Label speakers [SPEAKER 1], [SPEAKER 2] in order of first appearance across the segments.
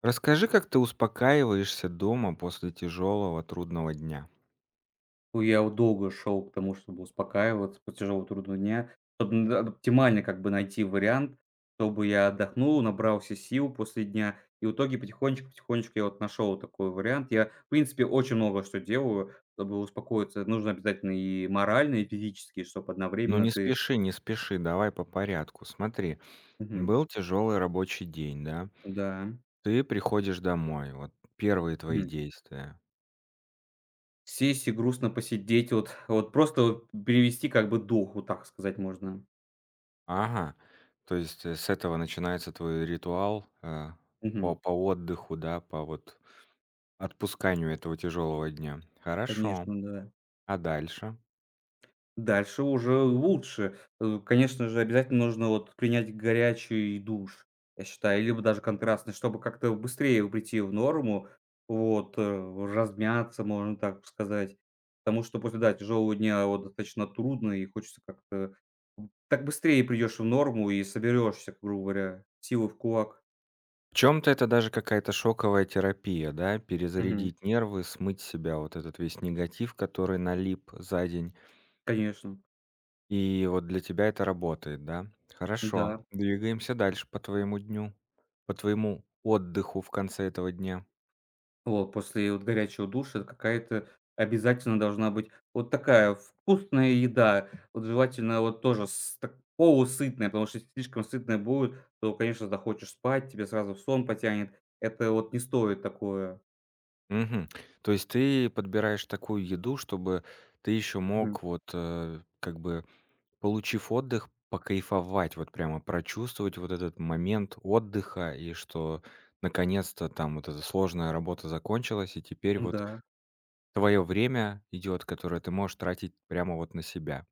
[SPEAKER 1] Расскажи, как ты успокаиваешься дома после тяжелого, трудного дня.
[SPEAKER 2] Ну, я вот долго шел к тому, чтобы успокаиваться после тяжелого трудного дня. Чтоб оптимально как бы найти вариант, чтобы я отдохнул, набрался сил после дня. И в итоге потихонечку-потихонечку я вот нашел такой вариант. Я, в принципе, очень много что делаю, чтобы успокоиться. Нужно обязательно и морально, и физически, чтобы
[SPEAKER 1] Ну не
[SPEAKER 2] одновременно ты.
[SPEAKER 1] спеши, не спеши, давай по порядку. Смотри,
[SPEAKER 2] Мгм.
[SPEAKER 1] был тяжелый рабочий день, да?
[SPEAKER 2] Да.
[SPEAKER 1] Ты приходишь домой, вот первые твои
[SPEAKER 2] Мгм.
[SPEAKER 1] действия.
[SPEAKER 2] Сесть и грустно посидеть, вот просто вот перевести как бы дух, вот так сказать можно.
[SPEAKER 1] Ага, то есть с этого начинается твой ритуал по,
[SPEAKER 2] Мгм.
[SPEAKER 1] по отдыху, да, по вот отпусканию этого тяжелого дня. Хорошо.
[SPEAKER 2] Конечно, да.
[SPEAKER 1] А дальше?
[SPEAKER 2] Дальше уже лучше. Конечно же, обязательно нужно вот принять горячий душ, я считаю, либо даже контрастный, чтобы как-то быстрее прийти в норму. Вот, размяться, можно так сказать. Потому что после, да, тяжелого дня вот достаточно трудно, и хочется как-то так быстрее придешь в норму и соберешься, грубо говоря, силы в кулак.
[SPEAKER 1] В чем то это даже какая-то шоковая терапия, да?
[SPEAKER 2] Мгм.
[SPEAKER 1] Перезарядить нервы, смыть с себя вот этот весь негатив, который налип за день.
[SPEAKER 2] Конечно,
[SPEAKER 1] И вот для тебя это работает, да? Хорошо.
[SPEAKER 2] да.
[SPEAKER 1] Двигаемся дальше по твоему дню, по твоему отдыху в конце этого дня.
[SPEAKER 2] Вот, после вот горячего душа какая-то обязательно должна быть вот такая вкусная еда. Вот желательно вот тоже с так полусытная, потому что если слишком сытная будет, то, конечно, захочешь спать, тебе сразу в сон потянет. Это вот не стоит такое.
[SPEAKER 1] Мгм. То есть ты подбираешь такую еду, чтобы ты еще
[SPEAKER 2] Мгм.
[SPEAKER 1] мог вот, как бы получив отдых, покайфовать, вот прямо прочувствовать вот этот момент отдыха и что наконец-то там вот эта сложная работа закончилась, и теперь вот
[SPEAKER 2] Да,
[SPEAKER 1] твое время идет, которое ты можешь тратить прямо вот на себя.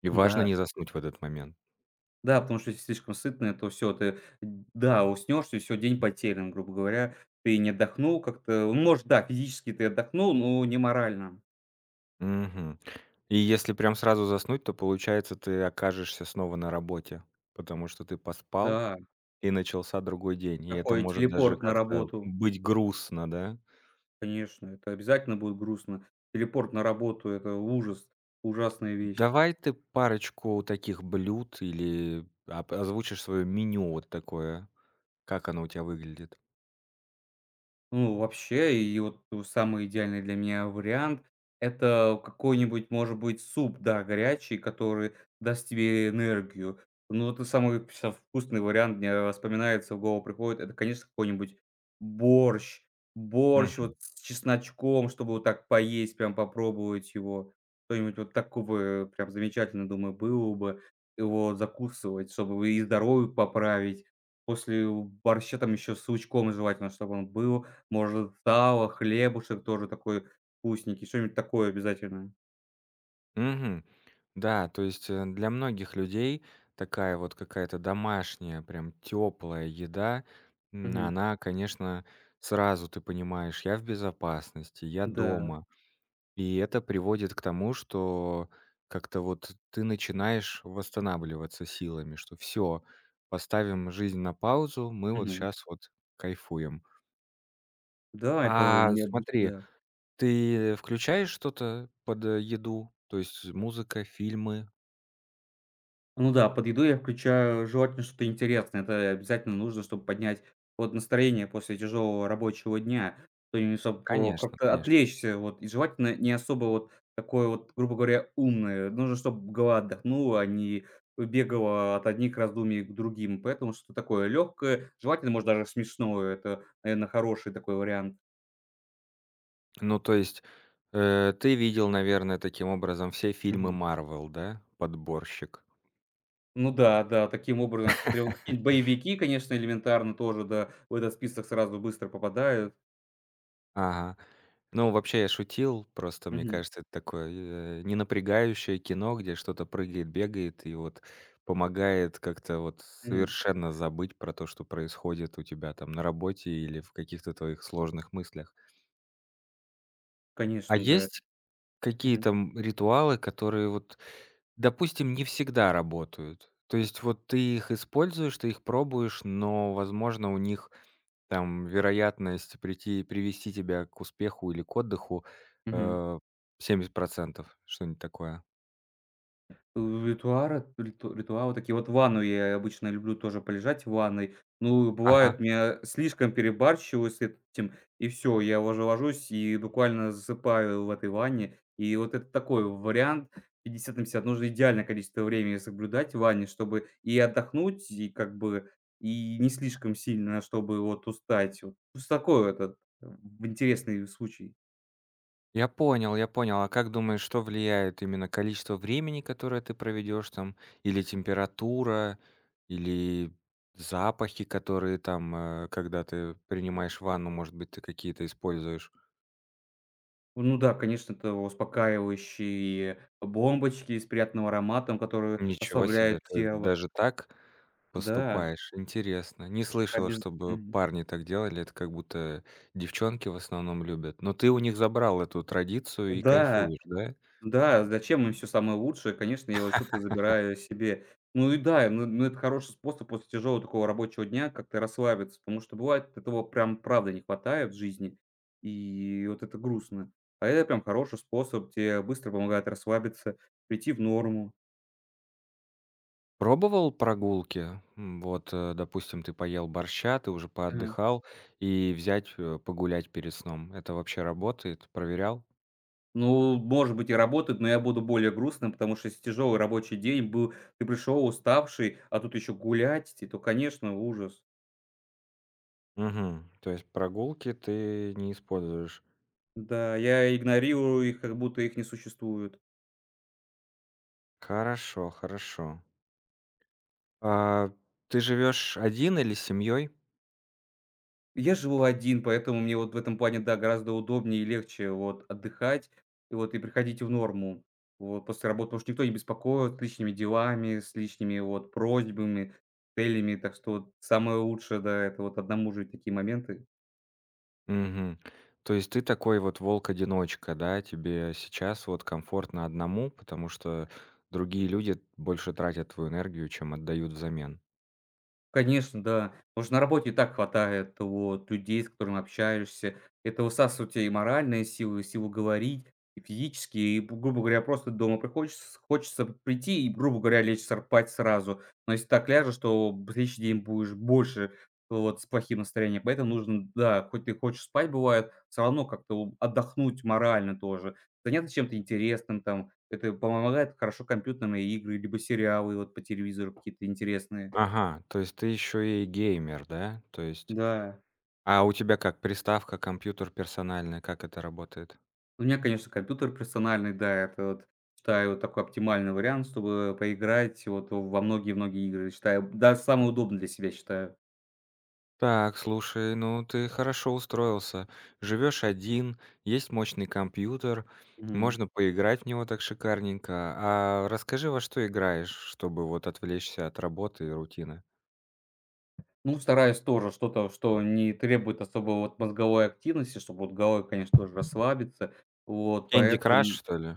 [SPEAKER 1] И важно
[SPEAKER 2] да,
[SPEAKER 1] не заснуть в этот момент.
[SPEAKER 2] да, потому что если слишком сытная, то все ты, да, уснешь, и все день потерян, грубо говоря. Ты не отдохнул как-то. Ну, может, да, физически ты отдохнул, но не морально.
[SPEAKER 1] Мгм. И если прям сразу заснуть, то получается ты окажешься снова на работе, потому что ты поспал
[SPEAKER 2] Да,
[SPEAKER 1] и начался другой день. И это
[SPEAKER 2] такой
[SPEAKER 1] может даже
[SPEAKER 2] телепорт на
[SPEAKER 1] как-то
[SPEAKER 2] работу.
[SPEAKER 1] быть грустно, да?
[SPEAKER 2] Конечно, это обязательно будет грустно. Телепорт на работу — это ужас, ужасная вещь.
[SPEAKER 1] Давай ты парочку таких блюд или об озвучишь свое меню вот такое, как оно у тебя выглядит.
[SPEAKER 2] Ну, вообще, и вот самый идеальный для меня вариант — это какой-нибудь, может быть, суп, да, горячий, который даст тебе энергию. Ну, вот и самый щас вкусный вариант мне вспоминается, в голову приходит — это, конечно, какой-нибудь борщ. Борщ
[SPEAKER 1] Мгм.
[SPEAKER 2] вот с чесночком, чтобы вот так поесть, прям попробовать его. Что-нибудь вот такого прям замечательно, думаю, было бы. Его закусывать, чтобы и здоровье поправить. После борща там еще с лучком желательно, чтобы он был. Может, сало, хлебушек тоже такой вкусненький, что-нибудь такое обязательно.
[SPEAKER 1] Мгм. Да, то есть, для многих людей такая вот какая-то домашняя, прям теплая еда,
[SPEAKER 2] Мгм.
[SPEAKER 1] она, конечно, сразу ты понимаешь: я в безопасности, я
[SPEAKER 2] Да.
[SPEAKER 1] дома. И это приводит к тому, что как-то вот ты начинаешь восстанавливаться силами, что все поставим жизнь на паузу, мы вот
[SPEAKER 2] Мгм.
[SPEAKER 1] сейчас вот кайфуем.
[SPEAKER 2] Да, это
[SPEAKER 1] А
[SPEAKER 2] необычно.
[SPEAKER 1] смотри,
[SPEAKER 2] Да.
[SPEAKER 1] ты включаешь что-то под, еду? То есть музыка, фильмы?
[SPEAKER 2] Ну да, под еду я включаю желательно что-то интересное. Это обязательно нужно, чтобы поднять вот настроение после тяжелого рабочего дня. То есть, чтобы
[SPEAKER 1] Конечно,
[SPEAKER 2] как-то
[SPEAKER 1] конечно.
[SPEAKER 2] отвлечься, вот, и желательно не особо вот такое вот, грубо говоря, умное. Нужно, чтобы голова отдохнула, а не бегала от одних раздумий к другим. Поэтому что-то такое легкое, желательно, может, даже смешное. Это, наверное, хороший такой вариант.
[SPEAKER 1] Ну, то есть, ты видел, наверное, таким образом все фильмы
[SPEAKER 2] Мгм.
[SPEAKER 1] "Марвел", да? Подборщик.
[SPEAKER 2] Ну да, да, таким образом я смотрел. Какие-нибудь боевики, конечно, элементарно тоже, да, в этот список сразу быстро попадают.
[SPEAKER 1] Ага. Ну, вообще я шутил, просто мне
[SPEAKER 2] Мгм.
[SPEAKER 1] кажется, это такое, не напрягающее кино, где что-то прыгает, бегает и вот помогает как-то вот
[SPEAKER 2] Мгм.
[SPEAKER 1] совершенно забыть про то, что происходит у тебя там на работе или в каких-то твоих сложных мыслях. А
[SPEAKER 2] Конечно, да.
[SPEAKER 1] есть
[SPEAKER 2] Мгм.
[SPEAKER 1] какие-то ритуалы, которые вот, допустим, не всегда работают? То есть вот ты их используешь, ты их пробуешь, но, возможно, у них там вероятность прийти привести тебя к успеху или к отдыху,
[SPEAKER 2] Мгм.
[SPEAKER 1] э, 70%, что-нибудь такое.
[SPEAKER 2] У ритуара риту ритуалы такие вот в ванну я обычно люблю тоже полежать в ванной. Ну,
[SPEAKER 1] Ага.
[SPEAKER 2] бывает, меня слишком перебарщиваю с этим, и все я уже ложусь и буквально засыпаю в этой ванне. И вот это такой вариант 50 на пятьдесят. Нужно идеальное количество времени соблюдать в ванне, чтобы и отдохнуть, и как бы и не слишком сильно, чтобы вот устать. Вот с такой вот этот в интересный случай.
[SPEAKER 1] Я понял, я понял. А как думаешь, что влияет именно количество времени, которое ты проведешь там, или температура, или запахи, которые там, когда ты принимаешь ванну, может быть, ты какие-то используешь?
[SPEAKER 2] Ну да, конечно, это успокаивающие бомбочки с приятным ароматом, которые
[SPEAKER 1] Ничего себе,
[SPEAKER 2] ослабляют
[SPEAKER 1] ты
[SPEAKER 2] тело.
[SPEAKER 1] даже так
[SPEAKER 2] Да,
[SPEAKER 1] поступаешь? Интересно. Не слышала,
[SPEAKER 2] обяз
[SPEAKER 1] чтобы
[SPEAKER 2] мгм.
[SPEAKER 1] парни так делали. Это как будто девчонки в основном любят. Но ты у них забрал эту традицию и
[SPEAKER 2] Да,
[SPEAKER 1] кайфуешь, да?
[SPEAKER 2] да, зачем им все самое лучшее? Конечно, я вот что-то забираю себе. Ну и да, ну это хороший способ после тяжелого такого рабочего дня как-то расслабиться, потому что бывает этого прям правда не хватает в жизни, и вот это грустно. А это прям хороший способ, тебе быстро помогает расслабиться, прийти в норму.
[SPEAKER 1] Пробовал прогулки? Вот, допустим, ты поел борща, ты уже
[SPEAKER 2] Да.
[SPEAKER 1] поотдыхал, и взять погулять перед сном. Это вообще работает? Проверял?
[SPEAKER 2] Ну, может быть, и работают, но я буду более грустным, потому что если тяжелый рабочий день был, ты пришел уставший, а тут еще гулять, и то, конечно, ужас.
[SPEAKER 1] Угу. То есть прогулки ты не используешь.
[SPEAKER 2] Да, я игнорирую их, как будто их не существует.
[SPEAKER 1] Хорошо, хорошо. А ты живешь один или с семьей?
[SPEAKER 2] Я живу один, поэтому мне вот в этом плане, да, гораздо удобнее и легче вот отдыхать, и вот и приходить в норму. Вот после работы, потому что никто не беспокоит с лишними делами, с лишними вот просьбами, целями, так что вот самое лучшее, да, это вот одному жить такие моменты.
[SPEAKER 1] Мгм. То есть ты такой вот волк-одиночка, да? Тебе сейчас вот комфортно одному, потому что другие люди больше тратят твою энергию, чем отдают взамен.
[SPEAKER 2] Конечно, да. Потому что на работе и так хватает вот людей, с которыми общаешься. Это высасывает у тебя и моральные силы, и силу говорить, и физические. И, грубо говоря, просто дома приходишь, с хочется прийти и, грубо говоря, лечь сра спать сразу. Но если так ляжешь, то б следующий день будешь больше вот с плохим настроением. Поэтому нужно, да, хоть ты хочешь спать, бывает, все равно как-то у отдохнуть морально тоже, заняться чем-то интересным там. Это помогает хорошо компьютерные игры либо сериалы вот по телевизору какие-то интересные.
[SPEAKER 1] Ага, то есть ты еще и геймер, да? То есть
[SPEAKER 2] Да.
[SPEAKER 1] а у тебя как, приставка, компьютер персональный, как это работает?
[SPEAKER 2] У меня, конечно, компьютер персональный, да, это вот считаю вот такой оптимальный вариант, чтобы поиграть вот во многие-многие игры. Считаю, да, самый удобный для себя считаю.
[SPEAKER 1] Так, слушай, ну ты хорошо устроился. Живешь один, есть мощный компьютер,
[SPEAKER 2] Мгм.
[SPEAKER 1] можно поиграть в него так шикарненько. А расскажи, во что играешь, чтобы вот отвлечься от работы и рутины?
[SPEAKER 2] Ну, стараюсь тоже что-то, что не требует особо вот мозговой активности, чтобы вот головой, конечно, тоже расслабиться. Вот,
[SPEAKER 1] Кенди Краш,
[SPEAKER 2] поэтому,
[SPEAKER 1] что ли?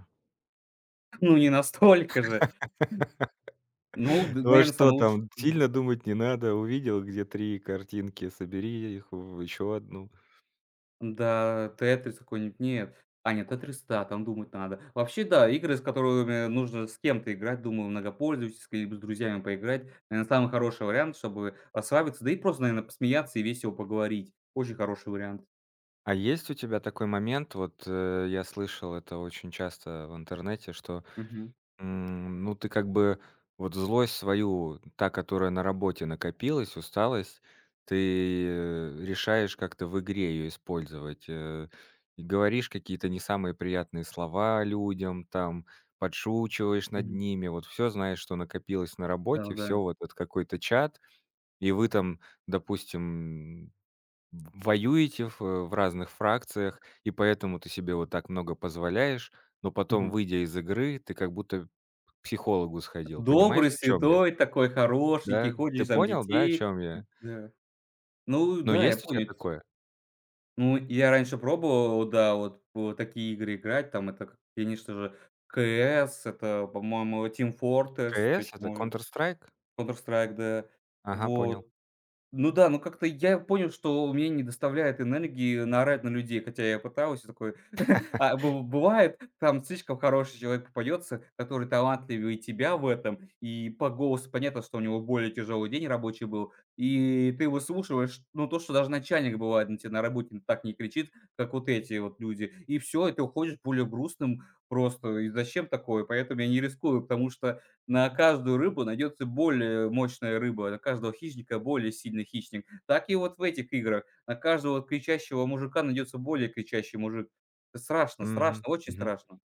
[SPEAKER 2] ну, не настолько же. Ну, наверное,
[SPEAKER 1] Ну а
[SPEAKER 2] наверно, самый
[SPEAKER 1] что
[SPEAKER 2] лучший.
[SPEAKER 1] там? Сильно думать не надо. Увидел, где 3 картинки, собери их в еще одну.
[SPEAKER 2] Да, "Тетрис" какой-нибудь, нет. А, нет, "Тетрис", да, там думать надо. Вообще, да, игры, с которыми нужно с кем-то играть, думаю, многопользовательские, либо с друзьями поиграть. Наверное, самый хороший вариант, чтобы расслабиться, да и просто, наверное, посмеяться и весело поговорить. Очень хороший вариант.
[SPEAKER 1] А есть у тебя такой момент? Вот, я слышал это очень часто в интернете, что
[SPEAKER 2] Мгм,
[SPEAKER 1] М, ну, ты как бы вот злость свою, та, которая на работе накопилась, усталость, ты, решаешь как-то в игре ее использовать. И говоришь какие-то не самые приятные слова людям, там, подшучиваешь над
[SPEAKER 2] мгм.
[SPEAKER 1] ними. Вот все знаешь, что накопилось на работе,
[SPEAKER 2] Да-да.
[SPEAKER 1] все вот этот какой-то чат, и вы там, допустим, воюете в разных фракциях, и поэтому ты себе вот так много позволяешь, но потом,
[SPEAKER 2] Мгм.
[SPEAKER 1] выйдя из игры, ты как будто к психологу сходил. Понимаешь,
[SPEAKER 2] Добрый,
[SPEAKER 1] о чем я?
[SPEAKER 2] святой такой,
[SPEAKER 1] Да?
[SPEAKER 2] хорошенький,
[SPEAKER 1] Ты
[SPEAKER 2] ходишь, там
[SPEAKER 1] понял, да, о
[SPEAKER 2] детей.
[SPEAKER 1] чем я?
[SPEAKER 2] Да. Ну
[SPEAKER 1] Но
[SPEAKER 2] да, я
[SPEAKER 1] есть у тебя
[SPEAKER 2] понял.
[SPEAKER 1] такое?
[SPEAKER 2] Ну, я раньше пробовал, да, вот в такие игры играть. Там это, к конечно же, К.С. это, по-моему, Team Fortress,
[SPEAKER 1] КС- это
[SPEAKER 2] точнее,
[SPEAKER 1] Counter Strike?
[SPEAKER 2] Counter-Strike, да.
[SPEAKER 1] Ага, понял.
[SPEAKER 2] Вот. Ну да, ну как-то я понял, что мне не доставляет энергии наорать на людей, хотя я пытаюсь, я такой а бывает, там слишком хороший человек попадется, который талантливее тебя в этом, и по голосу понятно, что у него более тяжелый день рабочий был, и ты выслушиваешь, ну, то, что даже начальник, бывает, на тебя на работе так не кричит, как вот эти вот люди, и все, и ты уходишь более грустным просто, и зачем такое? Поэтому я не рискую, потому что на каждую рыбу найдется более мощная рыба, на каждого хищника более сильный хищник. Так и вот в этих играх. На каждого кричащего мужика найдется более кричащий мужик. Страшно,
[SPEAKER 1] Мгм.
[SPEAKER 2] страшно, очень
[SPEAKER 1] Мгм.
[SPEAKER 2] страшно.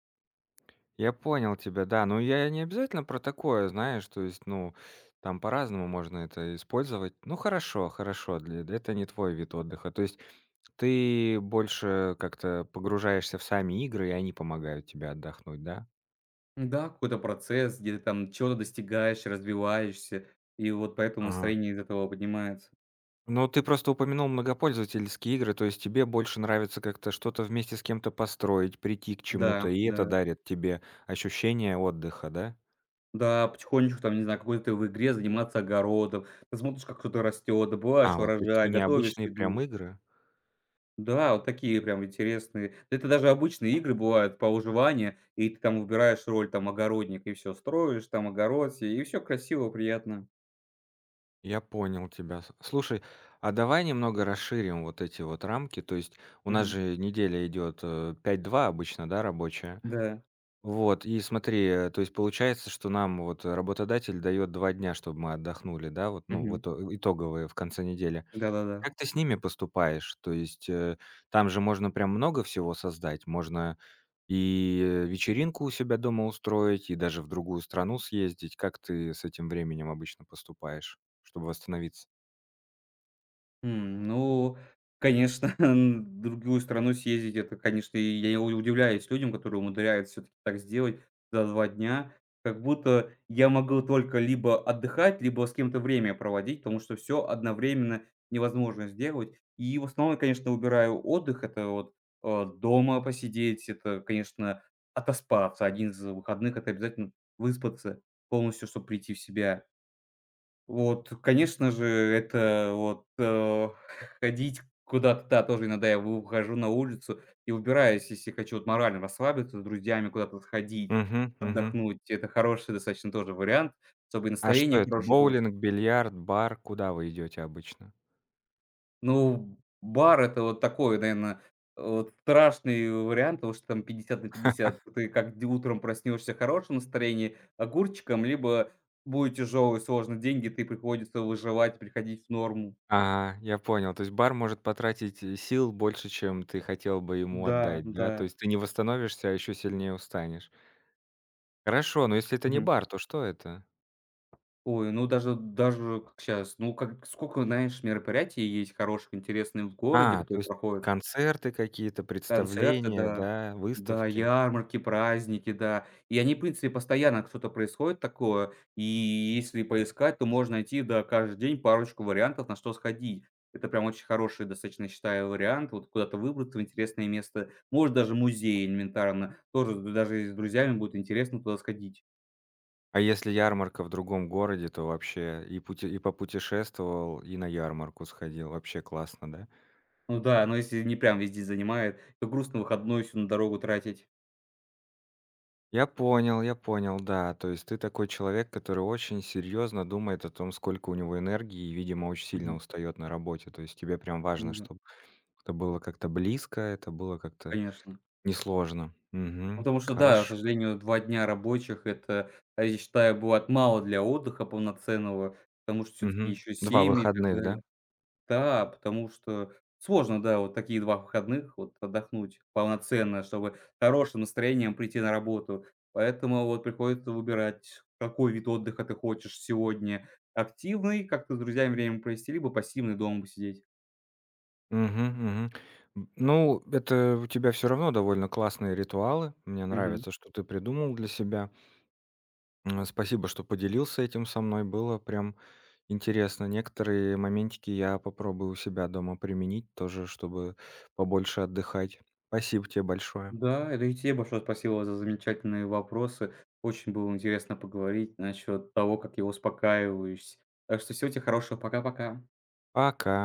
[SPEAKER 1] Я понял тебя, да. Ну, я не обязательно про такое, знаешь, то есть, ну, там по-разному можно это использовать. Ну, хорошо, хорошо, для это не твой вид отдыха. То есть ты больше как-то погружаешься в сами игры, и они помогают тебе отдохнуть, да?
[SPEAKER 2] Да, какой-то процесс, где ты там чего-то достигаешь, развиваешься, и вот поэтому
[SPEAKER 1] Ага.
[SPEAKER 2] настроение из этого поднимается.
[SPEAKER 1] Ну, ты просто упомянул многопользовательские игры, то есть тебе больше нравится как-то что-то вместе с кем-то построить, прийти к чему-то,
[SPEAKER 2] Да,
[SPEAKER 1] и это
[SPEAKER 2] да.
[SPEAKER 1] дарит тебе ощущение отдыха, да?
[SPEAKER 2] Да, потихонечку там, не знаю, какой-то в игре заниматься огородом. Ты смотришь, как кто-то растет,
[SPEAKER 1] А,
[SPEAKER 2] добываешь
[SPEAKER 1] вот
[SPEAKER 2] урожай,
[SPEAKER 1] такие
[SPEAKER 2] готовишь
[SPEAKER 1] необычные прям
[SPEAKER 2] еду.
[SPEAKER 1] игры.
[SPEAKER 2] Да, вот такие прям интересные. Это даже обычные игры бывают по выживанию, и ты там выбираешь роль там огородник и все строишь там огород и все красиво, приятно.
[SPEAKER 1] Я понял тебя. Слушай, а давай немного расширим вот эти вот рамки. То есть у нас
[SPEAKER 2] Мгм.
[SPEAKER 1] же неделя идет 5-2 обычно, да, рабочая.
[SPEAKER 2] Да.
[SPEAKER 1] Вот, и смотри, то есть получается, что нам вот работодатель дает 2 дня, чтобы мы отдохнули, да, вот, ну,
[SPEAKER 2] Мгм.
[SPEAKER 1] вот итоговые в конце недели.
[SPEAKER 2] Да-да-да.
[SPEAKER 1] Как ты с ними поступаешь? То есть там же можно прям много всего создать. Можно и вечеринку у себя дома устроить, и даже в другую страну съездить. Как ты с этим временем обычно поступаешь, чтобы восстановиться?
[SPEAKER 2] Ну, конечно, в другую страну съездить — это, конечно, и я у удивляюсь людям, которые умудряются все таки так сделать за 2 дня. Как будто я могу только либо отдыхать, либо с кем-то время проводить, потому что все одновременно невозможно сделать. И в основном конечно, выбираю отдых. Это вот, дома посидеть, это, конечно, отоспаться. Один из выходных — это обязательно выспаться полностью, чтобы прийти в себя. Вот, конечно же, это вот, ходить куда-то, да, тоже иногда я выхожу на улицу и убираюсь, если хочу вот морально расслабиться, с друзьями куда-то сходить,
[SPEAKER 1] Мгм, мгм.
[SPEAKER 2] отдохнуть. Это хороший достаточно тоже вариант, чтобы и
[SPEAKER 1] А что
[SPEAKER 2] настроение
[SPEAKER 1] это?
[SPEAKER 2] хорошее повыш.
[SPEAKER 1] Боулинг, бильярд, бар? Куда вы идете обычно?
[SPEAKER 2] Ну, бар — это вот такой, наверное, вот страшный вариант, потому что там 50 на 50. Ты как д утром проснешься в хорошем настроении, огурчиком, либо будет тяжелый, сложный день, где ты приходится выживать, приходить в норму.
[SPEAKER 1] Ага, я понял. То есть бар может потратить, сил больше, чем ты хотел бы ему
[SPEAKER 2] Да,
[SPEAKER 1] отдать, да? То
[SPEAKER 2] да.
[SPEAKER 1] есть ты не восстановишься, а еще сильнее устанешь. Хорошо, но если это не
[SPEAKER 2] Мгм.
[SPEAKER 1] бар, то что это?
[SPEAKER 2] Ой, ну даже как щас, ну как сколько, знаешь, мероприятий есть хороших, интересных в городе,
[SPEAKER 1] А, то
[SPEAKER 2] которые
[SPEAKER 1] есть
[SPEAKER 2] проходят.
[SPEAKER 1] концерты какие-то,
[SPEAKER 2] Концерты,
[SPEAKER 1] представления,
[SPEAKER 2] да.
[SPEAKER 1] да,
[SPEAKER 2] Да,
[SPEAKER 1] выставки.
[SPEAKER 2] ярмарки, праздники, да. И они, в принципе, постоянно что-то происходит такое. И если поискать, то можно найти, да, каждый день парочку вариантов, на что сходить. Это прям очень хороший, достаточно считаю, вариант. Вот куда-то выбраться в интересное место. Может, даже музей элементарно. Тоже даже с друзьями будет интересно туда сходить.
[SPEAKER 1] А если ярмарка в другом городе, то вообще и пути и попутешествовал, и на ярмарку сходил. Вообще классно, да?
[SPEAKER 2] Ну да, но если не прям везде занимает, то грустно выходной всю на дорогу тратить.
[SPEAKER 1] Я понял, да. То есть ты такой человек, который очень серьезно думает о том, сколько у него энергии и, видимо, очень сильно
[SPEAKER 2] Мгм.
[SPEAKER 1] устает на работе. То есть тебе прям
[SPEAKER 2] Ну
[SPEAKER 1] важно,
[SPEAKER 2] да,
[SPEAKER 1] чтобы это было как-то близко, это было как-то
[SPEAKER 2] конечно.
[SPEAKER 1] несложно.
[SPEAKER 2] Ну,
[SPEAKER 1] Мгм.
[SPEAKER 2] потому что да, к
[SPEAKER 1] Хорошо.
[SPEAKER 2] сожалению, 2 дня рабочих — это, а я считаю, бывает мало для отдыха полноценного, потому что все таки
[SPEAKER 1] Мгм.
[SPEAKER 2] еще
[SPEAKER 1] Два
[SPEAKER 2] семьи и так
[SPEAKER 1] выходных, да?
[SPEAKER 2] далее. Да, потому что сложно, да, вот такие 2 выходных вот отдохнуть полноценно, чтобы хорошим настроением прийти на работу. Поэтому вот приходится выбирать, какой вид отдыха ты хочешь сегодня: активный, как ты с друзьями время провести, либо пассивный, дома посидеть.
[SPEAKER 1] Мгм, мгм. Ну, это у тебя все равно довольно классные ритуалы. Мне
[SPEAKER 2] Мгм.
[SPEAKER 1] нравится, что ты придумал для себя. Спасибо, что поделился этим со мной. Было прям интересно. Некоторые моментики я попробую у себя дома применить тоже, чтобы побольше отдыхать. Спасибо тебе большое.
[SPEAKER 2] Да, это и тебе большое спасибо за замечательные вопросы. Очень было интересно поговорить насчет того, как я успокаиваюсь. Так что всего тебе хорошего. Пока-пока.
[SPEAKER 1] Пока.